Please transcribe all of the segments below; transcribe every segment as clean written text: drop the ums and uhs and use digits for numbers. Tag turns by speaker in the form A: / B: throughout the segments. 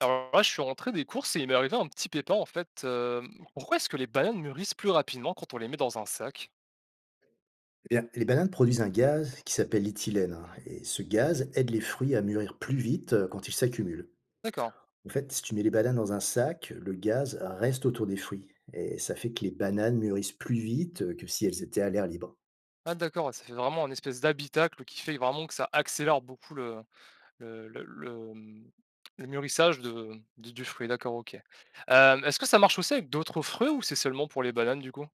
A: Alors là, je suis rentré des courses et il m'est arrivé un petit pépin en fait. Pourquoi est-ce que les bananes mûrissent plus rapidement quand on les met dans un sac?
B: Eh bien, les bananes produisent un gaz qui s'appelle l'éthylène, hein, et ce gaz aide les fruits à mûrir plus vite quand ils s'accumulent.
A: D'accord.
B: En fait, si tu mets les bananes dans un sac, le gaz reste autour des fruits. Et ça fait que les bananes mûrissent plus vite que si elles étaient à l'air libre.
A: Ah d'accord, ça fait vraiment un espèce d'habitacle qui fait vraiment que ça accélère beaucoup le, le, le- le mûrissage du fruit. D'accord, ok. Est-ce que ça marche aussi avec d'autres fruits ou c'est seulement pour les bananes du coup?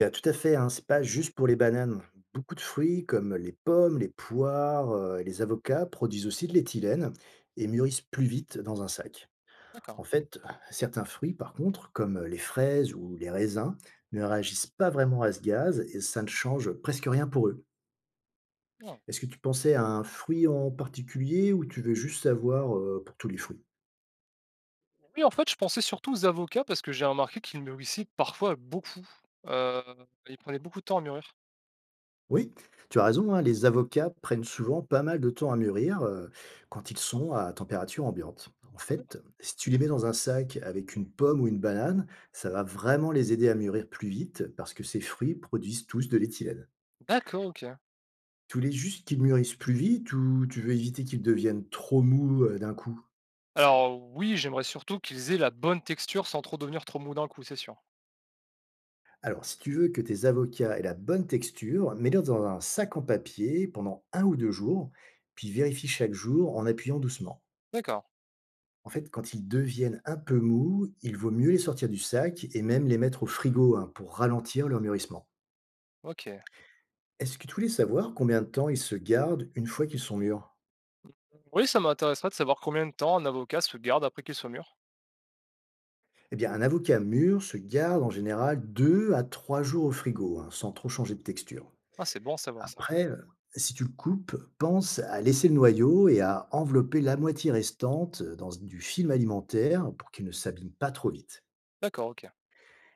B: Eh tout à fait, hein, c'est pas juste pour les bananes. Beaucoup de fruits comme les pommes, les poires et les avocats produisent aussi de l'éthylène et mûrissent plus vite dans un sac.
A: D'accord.
B: En fait, certains fruits, par contre, comme les fraises ou les raisins, ne réagissent pas vraiment à ce gaz et ça ne change presque rien pour eux.
A: Ah.
B: Est-ce que tu pensais à un fruit en particulier ou tu veux juste savoir pour tous les fruits?
A: Oui, en fait, je pensais surtout aux avocats parce que j'ai remarqué qu'ils mûrissaient parfois beaucoup. Euh, Ils prenaient beaucoup de temps à mûrir.
B: Oui, tu as raison, hein, les avocats prennent souvent pas mal de temps à mûrir quand ils sont à température ambiante. En fait, si tu les mets dans un sac avec une pomme ou une banane, ça va vraiment les aider à mûrir plus vite parce que ces fruits produisent tous de l'éthylène.
A: D'accord, ok.
B: Tu voulais juste qu'ils mûrissent plus vite ou tu veux éviter qu'ils deviennent trop mous, d'un coup?
A: Alors oui, j'aimerais surtout qu'ils aient la bonne texture sans trop devenir trop mous d'un coup, c'est sûr.
B: Alors, si tu veux que tes avocats aient la bonne texture, mets-les dans un sac en papier pendant un ou 2 jours, puis vérifie chaque jour en appuyant doucement.
A: D'accord,
B: En fait, quand ils deviennent un peu mous, il vaut mieux les sortir du sac et même les mettre au frigo, hein, pour ralentir leur mûrissement.
A: OK.
B: Est-ce que tu voulais savoir combien de temps ils se gardent une fois qu'ils sont mûrs?
A: Oui, ça m'intéresserait de savoir combien de temps un avocat se garde après qu'il soit mûr.
B: Eh bien, un avocat mûr se garde en général 2 à 3 jours au frigo, hein, sans trop changer de texture.
A: Ah, c'est bon à savoir ça.
B: Après, si tu le coupes, pense à laisser le noyau et à envelopper la moitié restante, dans du film alimentaire pour qu'il ne s'abîme pas trop vite.
A: D'accord, OK.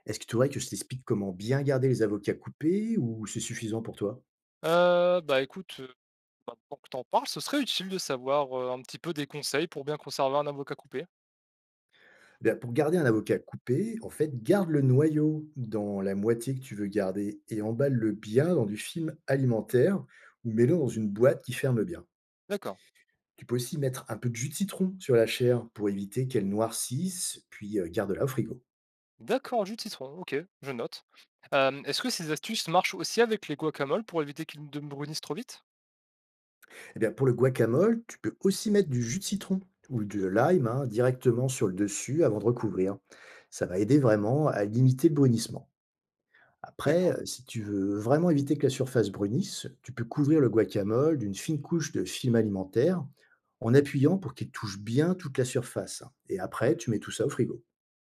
B: Est-ce que tu voudrais que je t'explique comment bien garder les avocats coupés ou c'est suffisant pour toi?
A: Écoute, maintenant que t'en parles, ce serait utile de savoir, un petit peu des conseils pour bien conserver un avocat coupé.
B: Bah, pour garder un avocat coupé, en fait, garde le noyau dans la moitié que tu veux garder et emballe-le bien dans du film alimentaire ou mets-le dans une boîte qui ferme bien.
A: D'accord.
B: Tu peux aussi mettre un peu de jus de citron sur la chair pour éviter qu'elle noircisse, puis, garde-la au frigo.
A: D'accord, jus de citron, OK, je note. Hem, est-ce que ces astuces marchent aussi avec les guacamoles pour éviter qu'ils ne brunissent trop vite?
B: Eh bien, pour le guacamole, tu peux aussi mettre du jus de citron ou de lime, hein, directement sur le dessus avant de recouvrir. Ça va aider vraiment à limiter le brunissement. Après,
A: D'accord.
B: si tu veux vraiment éviter que la surface brunisse, tu peux couvrir le guacamole d'une fine couche de film alimentaire en appuyant pour qu'il touche bien toute la surface. Et après, tu mets tout ça au frigo.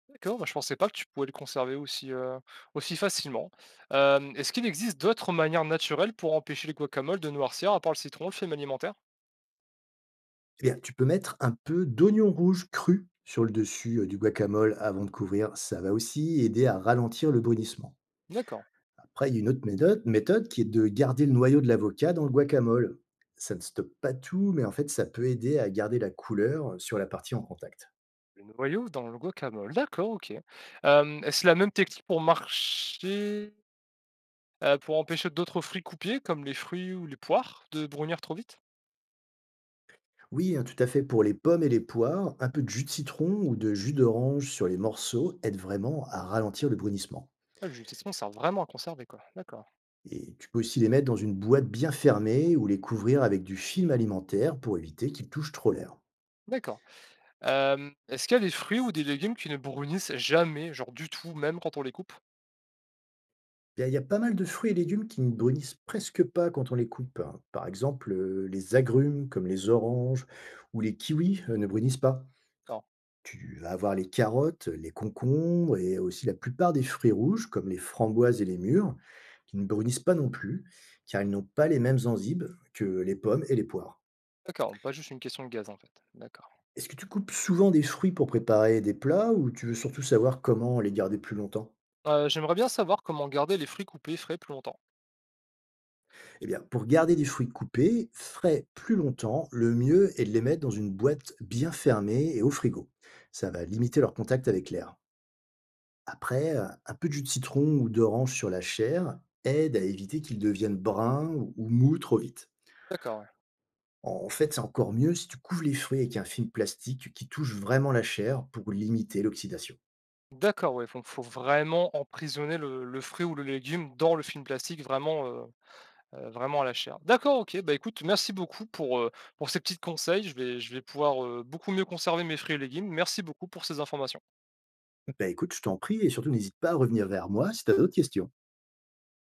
A: D'accord, bah, je pensais pas que tu pouvais le conserver aussi, aussi facilement. Hem, est-ce qu'il existe d'autres manières naturelles pour empêcher le guacamole de noircir à part le citron, le film alimentaire?
B: Eh bien, tu peux mettre un peu d'oignon rouge cru sur le dessus du guacamole avant de couvrir. Ça va aussi aider à ralentir le brunissement.
A: D'accord.
B: Après, il y a une autre méthode qui est de garder le noyau de l'avocat dans le guacamole. Ça ne stoppe pas tout, mais en fait, ça peut aider à garder la couleur sur la partie en contact.
A: Le noyau dans le guacamole, d'accord, OK. Hem, est-ce la même technique pour marcher pour empêcher d'autres fruits coupés comme les fruits ou les poires de brunir trop vite?
B: Oui, hein, tout à fait. Pour les pommes et les poires, un peu de jus de citron ou de jus d'orange sur les morceaux aide vraiment à ralentir le brunissement.
A: Ah, le jus de citron sert vraiment à conserver quoi, d'accord,
B: Et tu peux aussi les mettre dans une boîte bien fermée ou les couvrir avec du film alimentaire pour éviter qu'ils touchent trop l'air.
A: d'accord. Hem, est-ce qu'il y a des fruits ou des légumes qui ne brunissent jamais, genre du tout, même quand on les coupe?
B: Il y a pas mal de fruits et légumes qui ne brunissent presque pas quand on les coupe, hein. Par exemple, les agrumes comme les oranges ou les kiwis, ne brunissent pas.
A: D'accord,
B: Tu vas avoir les carottes, les concombres et aussi la plupart des fruits rouges comme les framboises et les mûres qui ne brunissent pas non plus, car ils n'ont pas les mêmes enzymes que les pommes et les poires.
A: d'accord, pas juste une question de gaz en fait, d'accord.
B: Est-ce que tu coupes souvent des fruits pour préparer des plats ou tu veux surtout savoir comment les garder plus longtemps?
A: J'aimerais bien savoir comment garder les fruits coupés frais plus longtemps.
B: Eh bien, pour garder des fruits coupés frais plus longtemps, le mieux est de les mettre dans une boîte bien fermée et au frigo. Ça va limiter leur contact avec l'air. Après, un peu de jus de citron ou d'orange sur la chair aide à éviter qu'ils deviennent bruns ou mous trop vite.
A: D'accord, ouais.
B: En fait, c'est encore mieux si tu couvres les fruits avec un film plastique qui touche vraiment la chair pour limiter l'oxydation.
A: D'accord, ouais, donc faut vraiment emprisonner le fruit ou le légume dans le film plastique vraiment, vraiment à la chair. D'accord, OK, bah, écoute, merci beaucoup pour, pour ces petits conseils. Je vais pouvoir, beaucoup mieux conserver mes fruits et légumes. Merci beaucoup pour ces informations.
B: Bah écoute, je t'en prie et surtout n'hésite pas à revenir vers moi si tu as d'autres questions.